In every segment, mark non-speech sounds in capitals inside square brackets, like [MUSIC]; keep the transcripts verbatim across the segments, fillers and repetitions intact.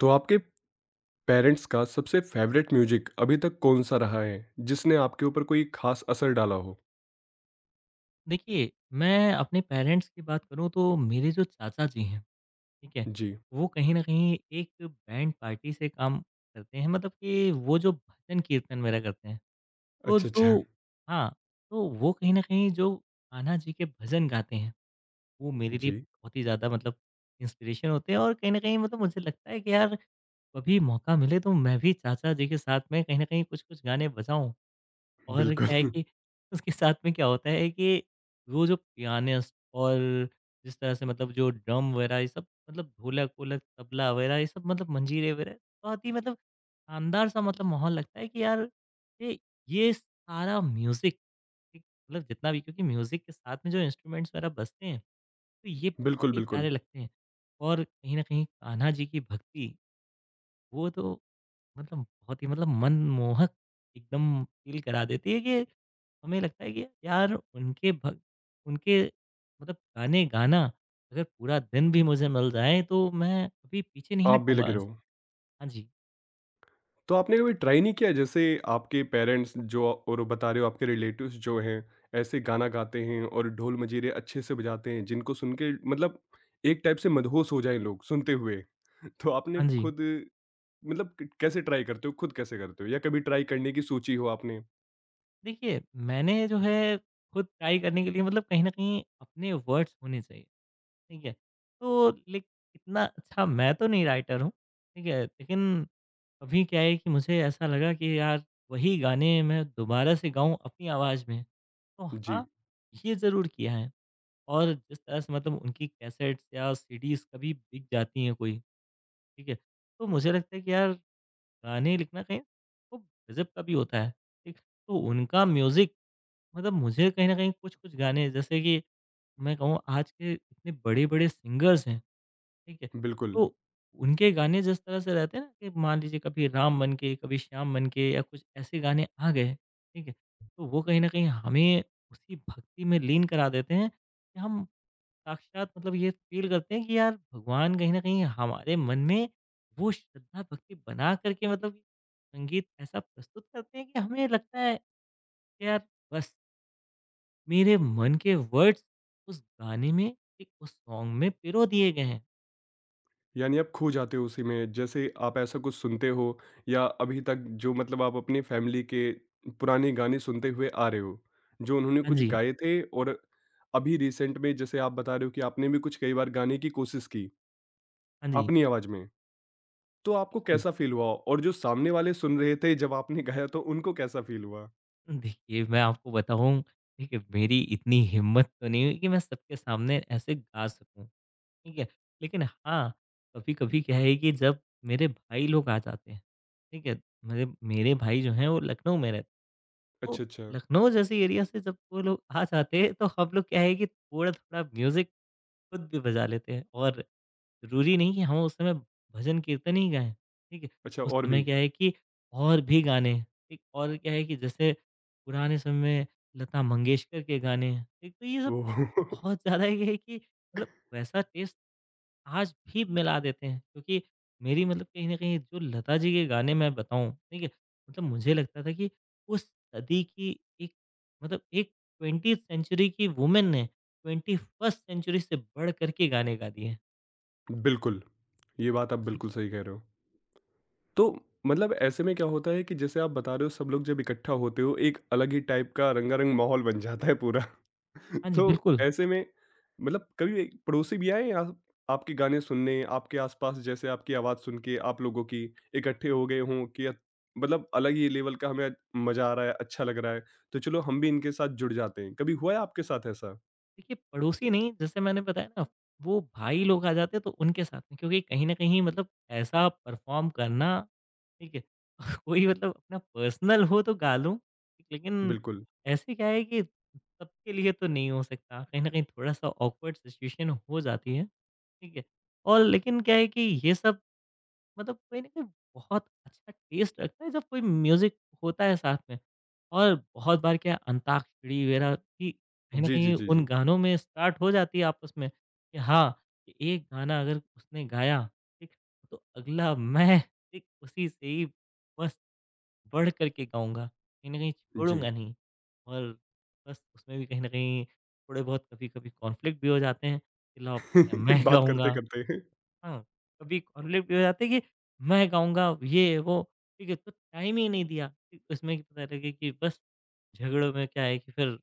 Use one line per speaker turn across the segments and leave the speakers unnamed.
तो आपके पेरेंट्स का सबसे फेवरेट म्यूजिक अभी तक कौन-सा रहा है, जिसने आपके ऊपर कोई ख़ास असर डाला हो?
देखिए, मैं अपने पेरेंट्स की बात करूँ तो मेरे जो चाचा जी हैं, ठीक है?
जी।
वो कहीं न कहीं एक बैंड पार्टी से काम करते हैं मतलब कि वो जो भजन-कीर्तन वगैरह करते हैं, तो
अच्छा, अच्छा।
जो हाँ, तो वो कहीं न कहीं जो कान्हा जी के भजन गाते हैं, वो मेरे लिए
जी,
बहुत ही ज़्यादा मतलब इंस्पिरेशन होते हैं और कहीं न कहीं मतलब मुझे लगता है कि यार कभी मौका मिले तो मैं भी चाचा जी के साथ में कहीं न कहीं कुछ-कुछ गाने बजाऊँ। और क्या है
बिल्कुल। [LAUGHS]
कि उसके साथ में क्या होता है कि वो जो पियानिस्ट और जिस तरह से मतलब जो ड्रम वगैरह ये सब मतलब ढोलक-वोलक, तबला वगैरह ये सब मतलब मंजीरे वगैरह बहुत ही मतलब शानदार-सा मतलब माहौल लगता है कि यार ये ये सारा म्यूज़िक एक मतलब जितना भी क्योंकि म्यूज़िक के साथ में जो इंस्ट्रूमेंट्स वगैरह बजते हैं, तो ये बहुत
बिल्कुल,
ही
बिल्कुल।
प्यारे लगते हैं। और कहीं न कहीं कान्हा जी की भक्ति, वो तो मतलब बहुत ही मतलब मनमोहक एकदम फ़ील करा देती है कि हमें लगता है कि यार उनके भग उनके मतलब गाने गाना अगर पूरा दिन भी मुझे मिल जाए तो मैं कभी पीछे नहीं
आप भी
हटूँगा
लगे
इनसे।
रहो।
हाँ जी,
तो आपने कभी ट्राई नहीं किया जैसे आपके पेरेंट्स जो और बता रहे हो आपके रिलेटिव्स जो हैं, ऐसे गाना गाते हैं और ढोल मंजीरे अच्छे से बजाते हैं जिनको सुन के मतलब एक टाइप से मदहोश हो जाएँ लोग सुनते हुए। [LAUGHS] तो आपने
हाँ जी।
खुद मतलब क कैसे ट्राई करते हो? खुद कैसे करते हो? या कभी ट्राई करने की सोची हो आपने?
देखिए मैंने जो है खुद ट्राई करने के लिए मतलब कहीं न कहीं अपने वर्ड्स होने चाहिए, ठीक है? तो लेक इतना अच्छा मैं तो नहीं राइटर हूँ, ठीक है? लेकिन अभी क्या है कि मुझे ऐसा लगा कि यार वही गाने मैं दोबारा से गाऊँ अपनी आवाज़ में, तो
जी।
हाँ, ये ज़रूर किया है। और जिस तरह से मतलब उनकी कैसेट्स या सीडीज़ कभी बिक जाती हैं कोई, ठीक है? तो मुझे लगता है कि यार गाने लिखना कहीं खूब गज़ब का भी होता है, ठीक? तो उनका म्यूज़िक मतलब मुझे कहीं न कहीं कुछ-कुछ गाने जैसे कि मैं कहूँ आज के इतने बड़े-बड़े सिंगर्स हैं, ठीक है।
बिल्कुल,
तो उनके गाने जिस तरह से रहते हैं ना कि मान लीजिए कभी राम बन के, कभी श्याम बन के या कुछ ऐसे गाने आ गए, ठीक है? तो वो कहीं न कहीं हमें उसी भक्ति में लीन करा देते हैं कि हम साक्षात मतलब ये फ़ील करते हैं कि यार भगवान कहीं न कहीं हमारे मन में वो श्रद्धा भक्ति बना कर के मतलब संगीत ऐसा प्रस्तुत करते हैं कि हमें लगता है कि यार बस मेरे मन के वर्ड्स उस गाने में एक उस सॉन्ग में पिरो दिए गए हैं।
यानी आप खो जाते हो उसी में, जैसे आप ऐसा कुछ सुनते हो या अभी तक जो मतलब आप अपनी फैमिली के पुराने गाने सुनते हुए आ रहे हो, जो उन्होंने
हाँ
कुछ
जी,
गाए थे और अभी रिसेंट में जैसे आप बता रहे हो कि आपने भी कुछ कई बार गाने की कोशिश की,
हाँ जी।
अपनी आवाज़ में, तो आपको
बिल्कुल।
कैसा फ़ील हुआ? और जो सामने वाले सुन रहे थे जब आपने गाया तो उनको कैसा फ़ील हुआ?
देखिए, मैं आपको बताऊँ, ठीक है, मेरी इतनी हिम्मत तो नहीं हुई कि मैं सबके सामने ऐसे गा सकूँ, ठीक है। लेकिन हाँ, कभी-कभी क्या है कि जब मेरे भाई लोग आ जाते हैं, ठीक है, मेरे मेरे भाई जो हैं वो लखनऊ में रहते हैं,
अच्छा,
तो
अच्छा।
लखनऊ जैसे एरिया से जब वो लोग आ जाते हैं, तो हम लोग क्या है कि थोड़ा-थोड़ा म्यूज़िक खुद भी बजा लेते हैं और ज़रूरी नहीं कि हम उस समय भजन कीर्तन ही गाएँ, ठीक है?
अच्छा
उस
और
समय
भी
क्या है कि और भी गाने, ठीक? और क्या है कि जैसे पुराने समय में लता मंगेशकर के गाने, एक तो ये सब
ओह! [LAUGHS]
बहुत ज़्यादा ये है कि मतलब वैसा टेस्ट आज भी मिला देते हैं क्योंकि मेरी मतलब कहीं न कहीं जो लता जी के गाने मैं बताऊँ, ठीक है? मतलब मुझे लगता था कि उस सदी की एक मतलब एक ट्वेंटीएथ सेंचुरी की वुमन ने ट्वेंटी फ़र्स्ट सेंचुरी से बढ़ कर के गाने गा दिए हैं।
बिल्कुल, ये बात आप
जी।
बिल्कुल सही कह रहे हो। तो मतलब ऐसे में क्या होता है कि जैसे आप बता रहे हो सब लोग जब इकट्ठा होते हो एक अलग ही टाइप का रंगारंग माहौल बन जाता है पूरा।
हाँ
[LAUGHS]
जी,
तो
बिल्कुल।
ऐसे में मतलब कभी एक पड़ोसी भी आए आप, आपके गाने सुनने आपके आसपास जैसे आपकी आवाज़ सुन के आप लोगों की इकट्ठे हो गए हों कि अ- मतलब अलग ही लेवल का हमें मज़ा आ रहा है, अच्छा लग रहा है, तो चलो हम भी इनके साथ जुड़ जाते हैं, कभी हुआ है आपके साथ ऐसा?
देखिए, पड़ोसी नहीं जैसे मैंने बताया ना वो भाई लोग आ जाते हैं तो उनके साथ में क्योंकि कहीं न कहीं मतलब ऐसा परफ़ॉर्म करना ठीक है? [LAUGHS] कोई मतलब अपना पर्सनल हो तो गा लूँ, लेकिन
बिल्कुल।
ऐसे क्या है कि सबके लिए तो नहीं हो सकता। कहीं न कहीं थोड़ा-सा ऑकवर्ड सिचुएशन हो जाती है, ठीक है? और लेकिन क्या है कि ये सब मतलब कहीं न कहीं बहुत अच्छा टेस्ट लगता है जब कोई म्यूज़िक होता है साथ में। और बहुत बार क्या अंताक्षरी वगैरह भी कहीं न
जी जी
कहीं
जी
उन
जी
गानों में स्टार्ट हो जाती है आपस में कि हाँ, कि एक गाना अगर उसने गाया, ठीक, तो अगला मैं, ठीक, उसी से ही बस बढ़ कर के गाऊँगा। कहीं न कहीं
जी।
छोड़ूँगा नहीं और बस उसमें भी कहीं न कहीं थोड़े बहुत कभी-कभी कॉन्फ्लिक्ट भी हो जाते हैं कि लाओ पहले मैं
[LAUGHS] बात करते
गाऊँगा।
करते
हाँ, कभी कॉन्फ्लिक्ट हो जाते हैं कि मैं गाऊँगा ये वो, ठीक है? तो टाइम ही नहीं दिया, कि उसमें कि पता लगे कि बस झगड़ों में क्या है कि फिर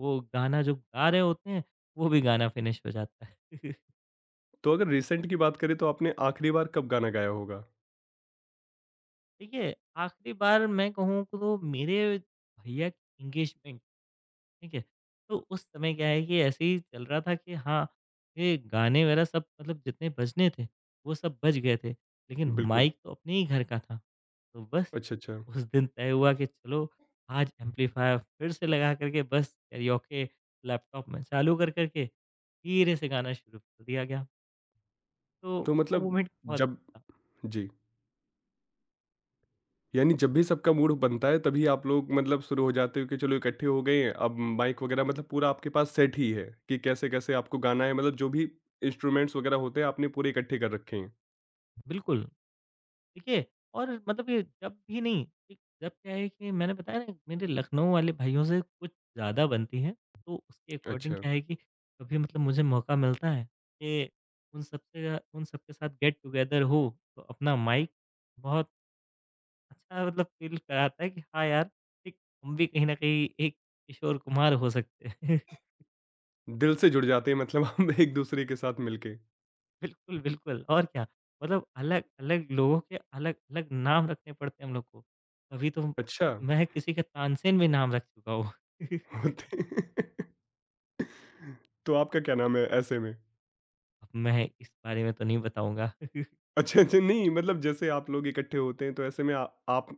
वो गाना जो गा रहे होते हैं, वो भी गाना फिनिश हो जाता है। [LAUGHS]
तो अगर रिसेंट की बात करें तो आपने आखिरी बार कब गाना गाया होगा?
देखिए, आखिरी बार मैं कहूँ तो मेरे भैया की एंगेजमेंट ठीक है? तो उस समय क्या है कि ऐसे ही चल रहा था कि हाँ, ये गाने वगैरह सब मतलब जितने बजने थे, वो सब बज गए थे, लेकिन
बिल्कुल।
माइक तो अपने ही घर का था। तो बस
अच्छा, अच्छा।
उस दिन तय हुआ कि चलो, आज एम्पलीफायर फिर से लगा कर के बस कैरियोके लैपटॉप में चालू कर कर के धीरे से गाना शुरू कर दिया गया। तो
तो
वो
मतलब
मोमेंट बहुत
जब
था।
जी, यानी जब भी सबका मूड बनता है तभी आप लोग मतलब शुरू हो जाते हो कि चलो इकट्ठे हो गए हैं, अब माइक वगैरह मतलब पूरा आपके पास सेट ही है कि कैसे-कैसे आपको गाना है, मतलब जो भी इंस्ट्रूमेंट्स वगैरह होते हैं आपने पूरे इकट्ठे कर रखे हैं।
बिल्कुल। ठीक है? और मतलब ये जब भी नहीं ठीक, जब क्या है कि मैंने बताया ना मेरे लखनऊ वाले भाइयों से कुछ ज़्यादा बनती है, तो उसके अकॉर्डिंग
अच्छा,
क्या है कि कभी मतलब मुझे मौका मिलता है कि उन सबसे उन सबके साथ गेट टुगेदर हो, तो अपना माइक बहुत अच्छा मतलब फ़ील कराता है कि हाँ यार, ठीक हम भी कहीं न कहीं एक किशोर कुमार हो सकते हैं।
दिल से जुड़ जाते हैं मतलब आप एक-दूसरे के साथ मिलके।
बिल्कुल, बिल्कुल और क्या। मतलब अलग-अलग लोगों के अलग-अलग नाम रखने पड़ते हैं हम लोग को। कभी तो
अच्छा,
मैं किसी का तानसेन भी नाम रख चुका हूँ। [LAUGHS]
होते [LAUGHS] हैं। तो आपका क्या नाम है ऐसे में?
अब मैं इस बारे में तो नहीं बताऊँगा। [LAUGHS]
अच्छा, अच्छा, नहीं मतलब जैसे आप लोग इकट्ठे होते हैं तो ऐसे में आ, आप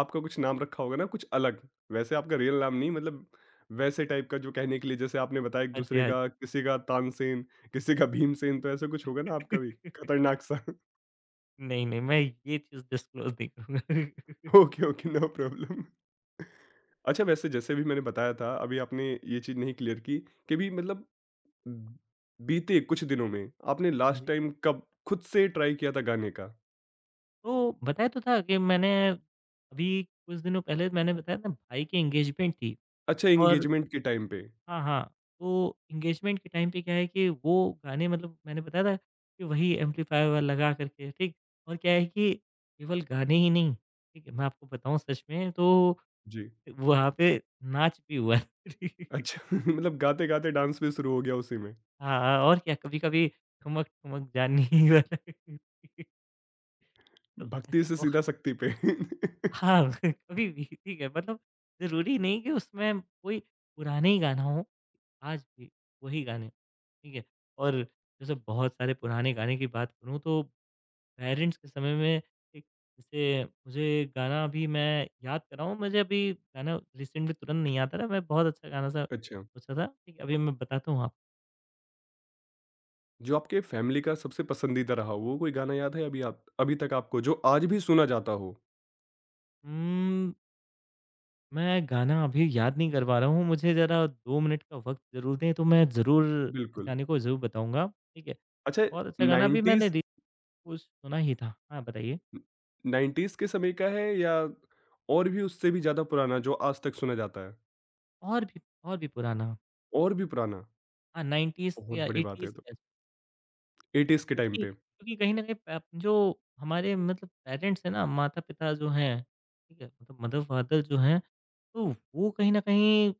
आपका कुछ नाम रखा होगा ना कुछ अलग, वैसे आपका रियल नाम नहीं, मतलब वैसे टाइप का जो कहने के लिए जैसे आपने बताया एक
हाँ जी,
दूसरे
हाँ जी।
का किसी का तानसेन, किसी का भीमसेन, तो ऐसा कुछ होगा ना आपका भी
[LAUGHS]
खतरनाक सा?
नहीं, नहीं, मैं ये चीज़ डिस्क्लोज़ नहीं करूँगा।
[LAUGHS] Okay, okay, no problem. अच्छा वैसे जैसे भी मैंने बताया था अभी आपने ये चीज़ नहीं क्लियर की कि भी मतलब ब- बीते कुछ दिनों में आपने
[LAUGHS]
लास्ट
जी,
टाइम कब खुद से ट्राई किया था गाने का?
तो बताया तो था कि मैंने अभी कुछ दिनों पहले मैंने बताया था भाई की एंगेजमेंट थी
अच्छा
और
एंगेजमेंट के टाइम पे?
हाँ, हाँ। तो एंगेजमेंट के टाइम पे क्या है कि वो गाने मतलब मैंने बताया था कि वही एम्पलीफायर वाला लगा कर के, ठीक? और क्या है कि केवल गाने ही नहीं, ठीक है? मैं आपको बताऊँ सच में तो
जी।
वहाँ पे नाच भी हुआ। [LAUGHS]
अच्छा। [LAUGHS] मतलब गाते-गाते डांस भी शुरू हो गया उसी में।
हाँ, हाँ और क्या कभी-कभी ठुमक-ठुमक जानी [LAUGHS] वाला तो
भक्ति
ऐसे
से
बहुत
सीधा शक्ति पे।
हाँ, [LAUGHS] कभी भी ठीक है मतलब ज़रूरी नहीं कि उसमें कोई पुराने ही गाना हो, आज भी वही गाने ठीक है? और जैसे बहुत सारे पुराने गाने की बात करूँ तो पेरेंट्स के समय में एक जैसे मुझे गाना अभी मैं याद कर रहा हूँ, मुझे अभी गाना रिसेंटली तुरंत नहीं आता था, मैं बहुत अच्छा गाना-सा
[LAUGHS] अच्छा,
सोचा था, ठीक है? अभी मैं बताता हूँ आपको।
जो आपके फैमिली का सबसे पसंदीदा रहा वो कोई गाना याद है अभी आप, अभी तक आपको जो आज भी सुना जाता हो?
उम्म, मैं गाना अभी याद नहीं कर पा रहा हूँ, मुझे ज़रा दो मिनट का वक़्त ज़रूर दें, तो मैं ज़रूर इस
बिल्कुल।
गाने को ज़रूर बताऊँगा, ठीक है?
अच्छा
बहुत अच्छा गाना अभी
नाइंटीज़।
मैंने रि वो सुना ही था। हाँ, बताइए?
नाइंटीज़ के समय का है या और भी उससे भी ज़्यादा पुराना जो आज तक सुना जाता है?
और भी और भी पुराना
और भी पुराना?
हाँ, नाइंटीज़
बहुत
या
बड़ी बात है
एटीज़
ये तो। एटीज़ के टाइम
क्योंकि
पे।
क्योंकि कहीं न कहीं प जो हमारे मतलब पेरेंट्स हैं ना, माता-पिता जो हैं, ठीक है? मतलब मदर-फादर जो हैं, तो वो कहीं न कहीं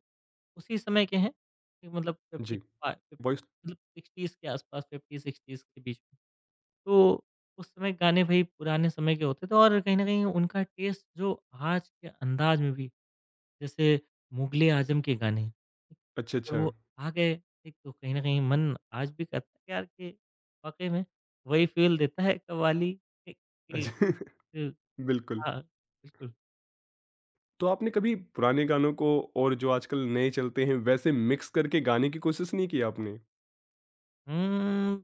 उसी समय के हैं कि मतलब फ़िफ़्टी
जी,
फा
वॉइस
मतलब सिक्सटीज़ के आस-पास फ़िफ़्टी-सिक्सटीज़ के बीच में। तो उस समय गाने भई पुराने समय के होते थे और कहीं न कहीं उनका टेस्ट जो आज के अंदाज में भी जैसे मुगले आज़म के गाने, ठीक,
अच्छा,
अगर
अच्छा।
वो आ गए एक तो कहीं न कहीं मन आज भी करता है कि यार कि वाक़ई में वही फ़ील देता है कव्वाली एक एक
अच्छा। [LAUGHS] बिल्कुल।
हाँ, बिल्कुल।
तो आपने कभी पुराने गानों को और जो आजकल नए चलते हैं वैसे मिक्स करके गाने की कोशिश नहीं की आपने?
उम्म,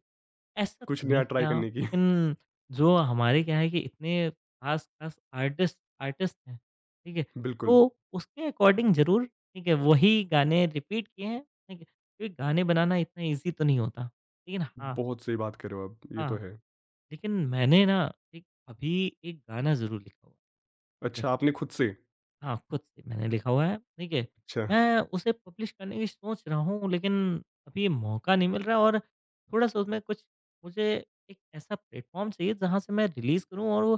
ऐसा
कुछ
तो
नया
नहीं
ट्राई
किया
करने की?
लेकिन जो हमारे क्या है कि इतने ख़ास-ख़ास आर्टिस्ट आर्टिस्ट हैं, ठीक है?
[LAUGHS] बिल्कुल,
तो उसके अकॉर्डिंग ज़रूर ठीक है, वही गाने रिपीट किए हैं, ठीक है? क्योंकि गाने बनाना इतना ईज़ी तो नहीं होता। लेकिन हाँ,
बहुत सही बात कर रहे हो आप, ये
हाँ।
तो है।
लेकिन मैंने ना एक अभी एक गाना ज़रूर लिखा हुआ है, ठीक है?
अच्छा आपने खुद से?
हाँ, खुद से मैंने लिखा हुआ है, ठीक है?
अच्छा,
मैं उसे पब्लिश करने की सोच रहा हूँ लेकिन अभी मौका नहीं मिल रहा और थोड़ा-सा उसमें कुछ मुझे एक ऐसा प्लेटफ़ॉर्म चाहिए जहाँ से मैं रिलीज़ करूँ और वो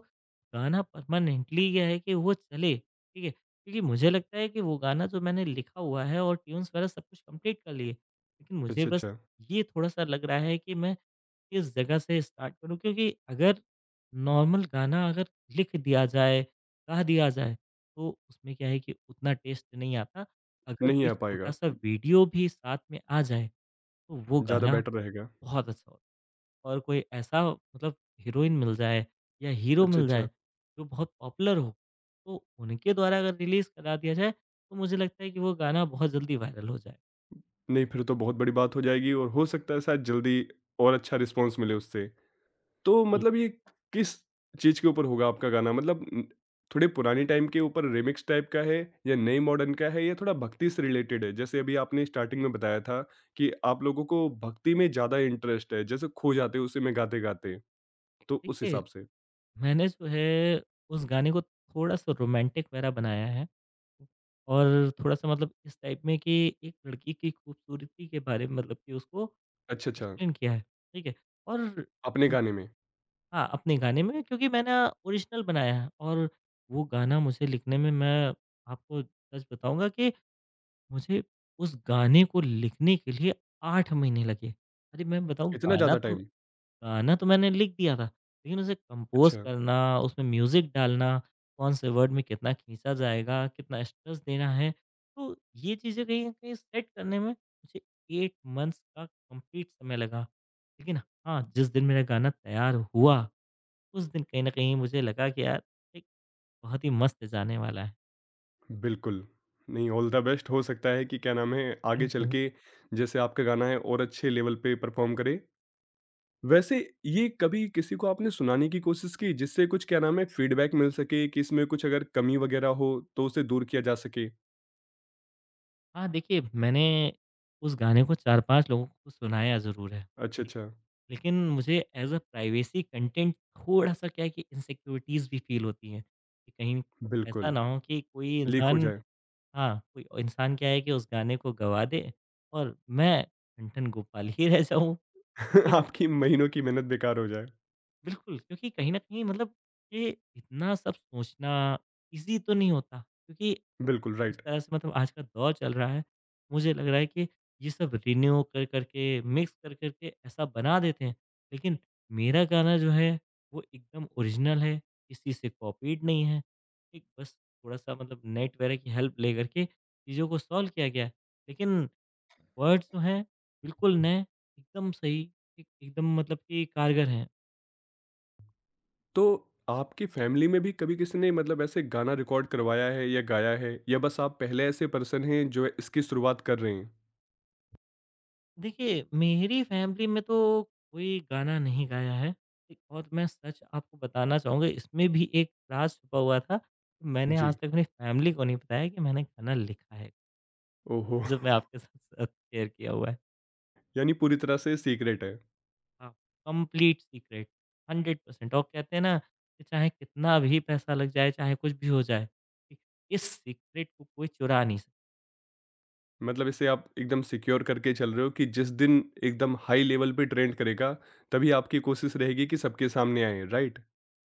गाना परमानेंटली ये है कि वो चले, ठीक है? क्योंकि मुझे लगता है कि वो गाना जो मैंने लिखा हुआ है और ट्यून्स वगैरह सब कुछ कंप्लीट कर लिए, लेकिन मुझे
अच्छा,
बस
अच्छा।
ये थोड़ा-सा लग रहा है कि मैं किस जगह से स्टार्ट करूँ? क्योंकि अगर नॉर्मल गाना अगर लिख दिया जाए, गा दिया जाए, तो उसमें क्या है कि उतना टेस्ट नहीं आता। अगर
नहीं
कोई
आ पाएगा,
छोटा-सा वीडियो भी साथ में आ जाए, तो वो
ज़्यादा
गाना
बेटर रहेगा।
बहुत अच्छा होता है। और कोई ऐसा मतलब हीरोइन मिल जाए या हीरो
अच्छा,
मिल
अच्छा।
जाए, जो बहुत पॉपुलर हो, तो उनके द्वारा अगर रिलीज़ करा दिया जाए, तो मुझे लगता है कि वो गाना बहुत जल्दी वायरल हो जाए।
नहीं फिर तो बहुत बड़ी बात हो जाएगी और हो सकता है शायद जल्दी और अच्छा रिस्पॉन्स मिले उससे। तो
बिल्कुल।
मतलब ये किस चीज़ के ऊपर होगा आपका गाना? मतलब उम, थोड़े पुराने टाइम के ऊपर रीमिक्स टाइप का है या नए मॉडर्न का है या थोड़ा भक्ति से रिलेटेड है? जैसे अभी आपने स्टार्टिंग में बताया था कि आप लोगों को भक्ति में ज़्यादा इंटरेस्ट है, जैसे खो जाते हो उसी में गाते-गाते, तो उस
देखिए,
हिसाब से।
मैंने जो है उस गाने को थोड़ा-सा रोमांटिक वगैरह बनाया है। और थोड़ा-सा मतलब इस टाइप में कि एक लड़की की खूबसूरती के बारे में मतलब कि उसको
अच्छा, अच्छा,
एक्सप्लेन किया है, ठीक है? और
अपने गाने में,
हाँ, अपने गाने में क्योंकि मैंने ओरिजिनल बनाया है और वो गाना मुझे लिखने में मैं आपको सच बताऊँगा कि मुझे उस गाने को लिखने के लिए आठ महीने लगे। अरे! मैं बताऊँ
इतना
गाना
ज़्यादा
तो
टाइम?
गाना तो मैंने लिख दिया था, लेकिन उसे कंपोज़
अच्छा,
करना, उसमें म्यूज़िक डालना, कौन से वर्ड में कितना खींचा जाएगा, कितना स्ट्रेस देना है, तो ये चीज़ें कहीं न कहीं सेट करने में मुझे एट मंथ्स का कंप्लीट समय लगा। लेकिन हाँ, जिस दिन मेरा गाना तैयार हुआ, उस दिन कहीं न कहीं मुझे लगा कि यार एक बहुत ही मस्त जाने वाला है।
बिल्कुल। नहीं, ऑल द बेस्ट। हो सकता है कि क्या नाम है, आगे
थैंक
चल
यू।
के जैसे आपका गाना है और अच्छे लेवल पे परफ़ॉर्म करे। वैसे ये कभी किसी को आपने सुनाने की कोशिश की जिससे कुछ क्या नाम है फीडबैक मिल सके कि इसमें कुछ अगर कमी वगैरह हो तो उसे दूर किया जा सके?
हाँ, देखिए मैंने उस गाने को चार पाँच लोगों को सुनाया ज़रूर है।
अच्छा, अच्छा।
लेकिन मुझे एज़ अ प्राइवेसी कंटेंट थोड़ा-सा क्या है कि इनसिक्योरिटीज़ भी फ़ील होती हैं, कि कहीं ऐसा
बिल्कुल,
ना हो कि कोई
लीक हो
इंसान
जाए।
हाँ, कोई इंसान क्या है कि उस गाने को गवा दे और मैं ठन-ठन गोपाल ही [LAUGHS] रह जाऊँ। देखिए
[LAUGHS] आपकी महीनों की मेहनत बेकार हो जाए।
बिल्कुल, क्योंकि कहीं न कहीं मतलब ये इतना सब सोचना ईज़ी तो नहीं होता क्योंकि
बिल्कुल,
उस
राइट।
तरह से मतलब आज का दौर चल रहा है, मुझे लग रहा है कि ये सब रिन्यू कर करके, मिक्स कर करके ऐसा बना देते हैं, लेकिन मेरा गाना जो है वो एकदम ओरिजिनल है, किसी से कॉपीड नहीं है। एक बस थोड़ा-सा मतलब नेट वगैरह की हेल्प ले करके चीज़ों को सॉल्व किया गया है। लेकिन वर्ड्स जो हैं बिल्कुल नए, एकदम सही, एक एकदम मतलब कि कारगर हैं।
तो आपकी फ़ैमिली में भी कभी किसी ने मतलब ऐसे गाना रिकॉर्ड करवाया है या गाया है या बस आप पहले ऐसे पर्सन हैं जो इसकी शुरुआत कर रहे हैं?
देखिए, मेरी फैमिली में तो कोई गाना नहीं गाया है। एक और मैं सच आपको बताना चाहूँगा इसमें भी एक राज छुपा हुआ था। मैंने आज
जी।
तक अपनी फैमिली को नहीं बताया कि मैंने गाना लिखा है,
ओहो! [LAUGHS]
जो मैं आपके साथ साथ शेयर किया हुआ है।
यानी पूरी तरह से सीक्रेट है।
हाँ, कंप्लीट सीक्रेट हंड्रेड परसेंट और कहते हैं ना कि चाहे कितना भी पैसा लग जाए, चाहे कुछ भी हो जाए, ठीक, इस सीक्रेट को कोई चुरा नहीं सकता।
मतलब इसे आप एकदम सिक्योर करके चल रहे हो कि जिस दिन एकदम हाई लेवल पे ट्रेंड करेगा, तभी आपकी कोशिश रहेगी कि सबके सामने आए, राइट?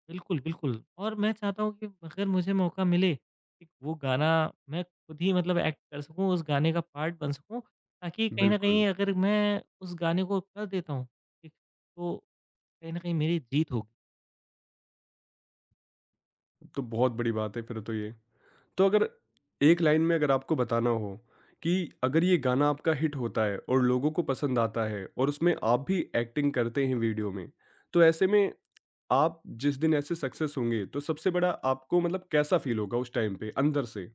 बिल्कुल, बिल्कुल और मैं चाहता हूँ कि अगर मुझे मौका मिले, कि वो गाना मैं खुद ही मतलब एक्ट कर सकूँ, उस गाने का पार्ट बन सकूँ, ताकि कहीं न
बिल्कुल,
कहीं अगर मैं उस गाने को कर देता हूँ, ठीक, तो कहीं न कहीं मेरी जीत होगी।
तो बहुत बड़ी बात है फिर तो ये। तो अगर एक लाइन में अगर आपको बताना हो कि अगर ये गाना आपका हिट होता है और लोगों को पसंद आता है और उसमें आप भी एक्टिंग करते हैं वीडियो में, तो ऐसे में आप जिस दिन ऐसे सक्सेस होंगे, तो सबसे बड़ा आपको मतलब कैसा फील होगा उस टाइम पे अंदर से?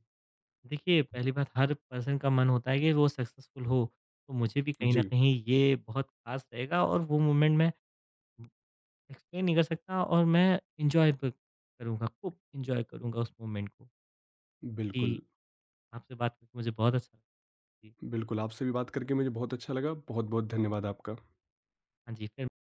देखिए, पहली बात हर पर्सन का मन होता है कि वो सक्सेसफुल हो, तो मुझे भी कहीं न
जी,
कहीं ये बहुत ख़ास रहेगा और वो मोमेंट मैं एक्सप्लेन नहीं कर सकता और मैं एन्जॉय ब करूँगा, खूब एन्जॉय करूँगा उस मोमेंट को।
बिल्कुल।
जी, आपसे बात करके मुझे बहुत अच्छा लगा। जी,
बिल्कुल, आपसे भी बात करके मुझे बहुत अच्छा लगा। बहुत-बहुत धन्यवाद आपका।
हाँ जी, फिर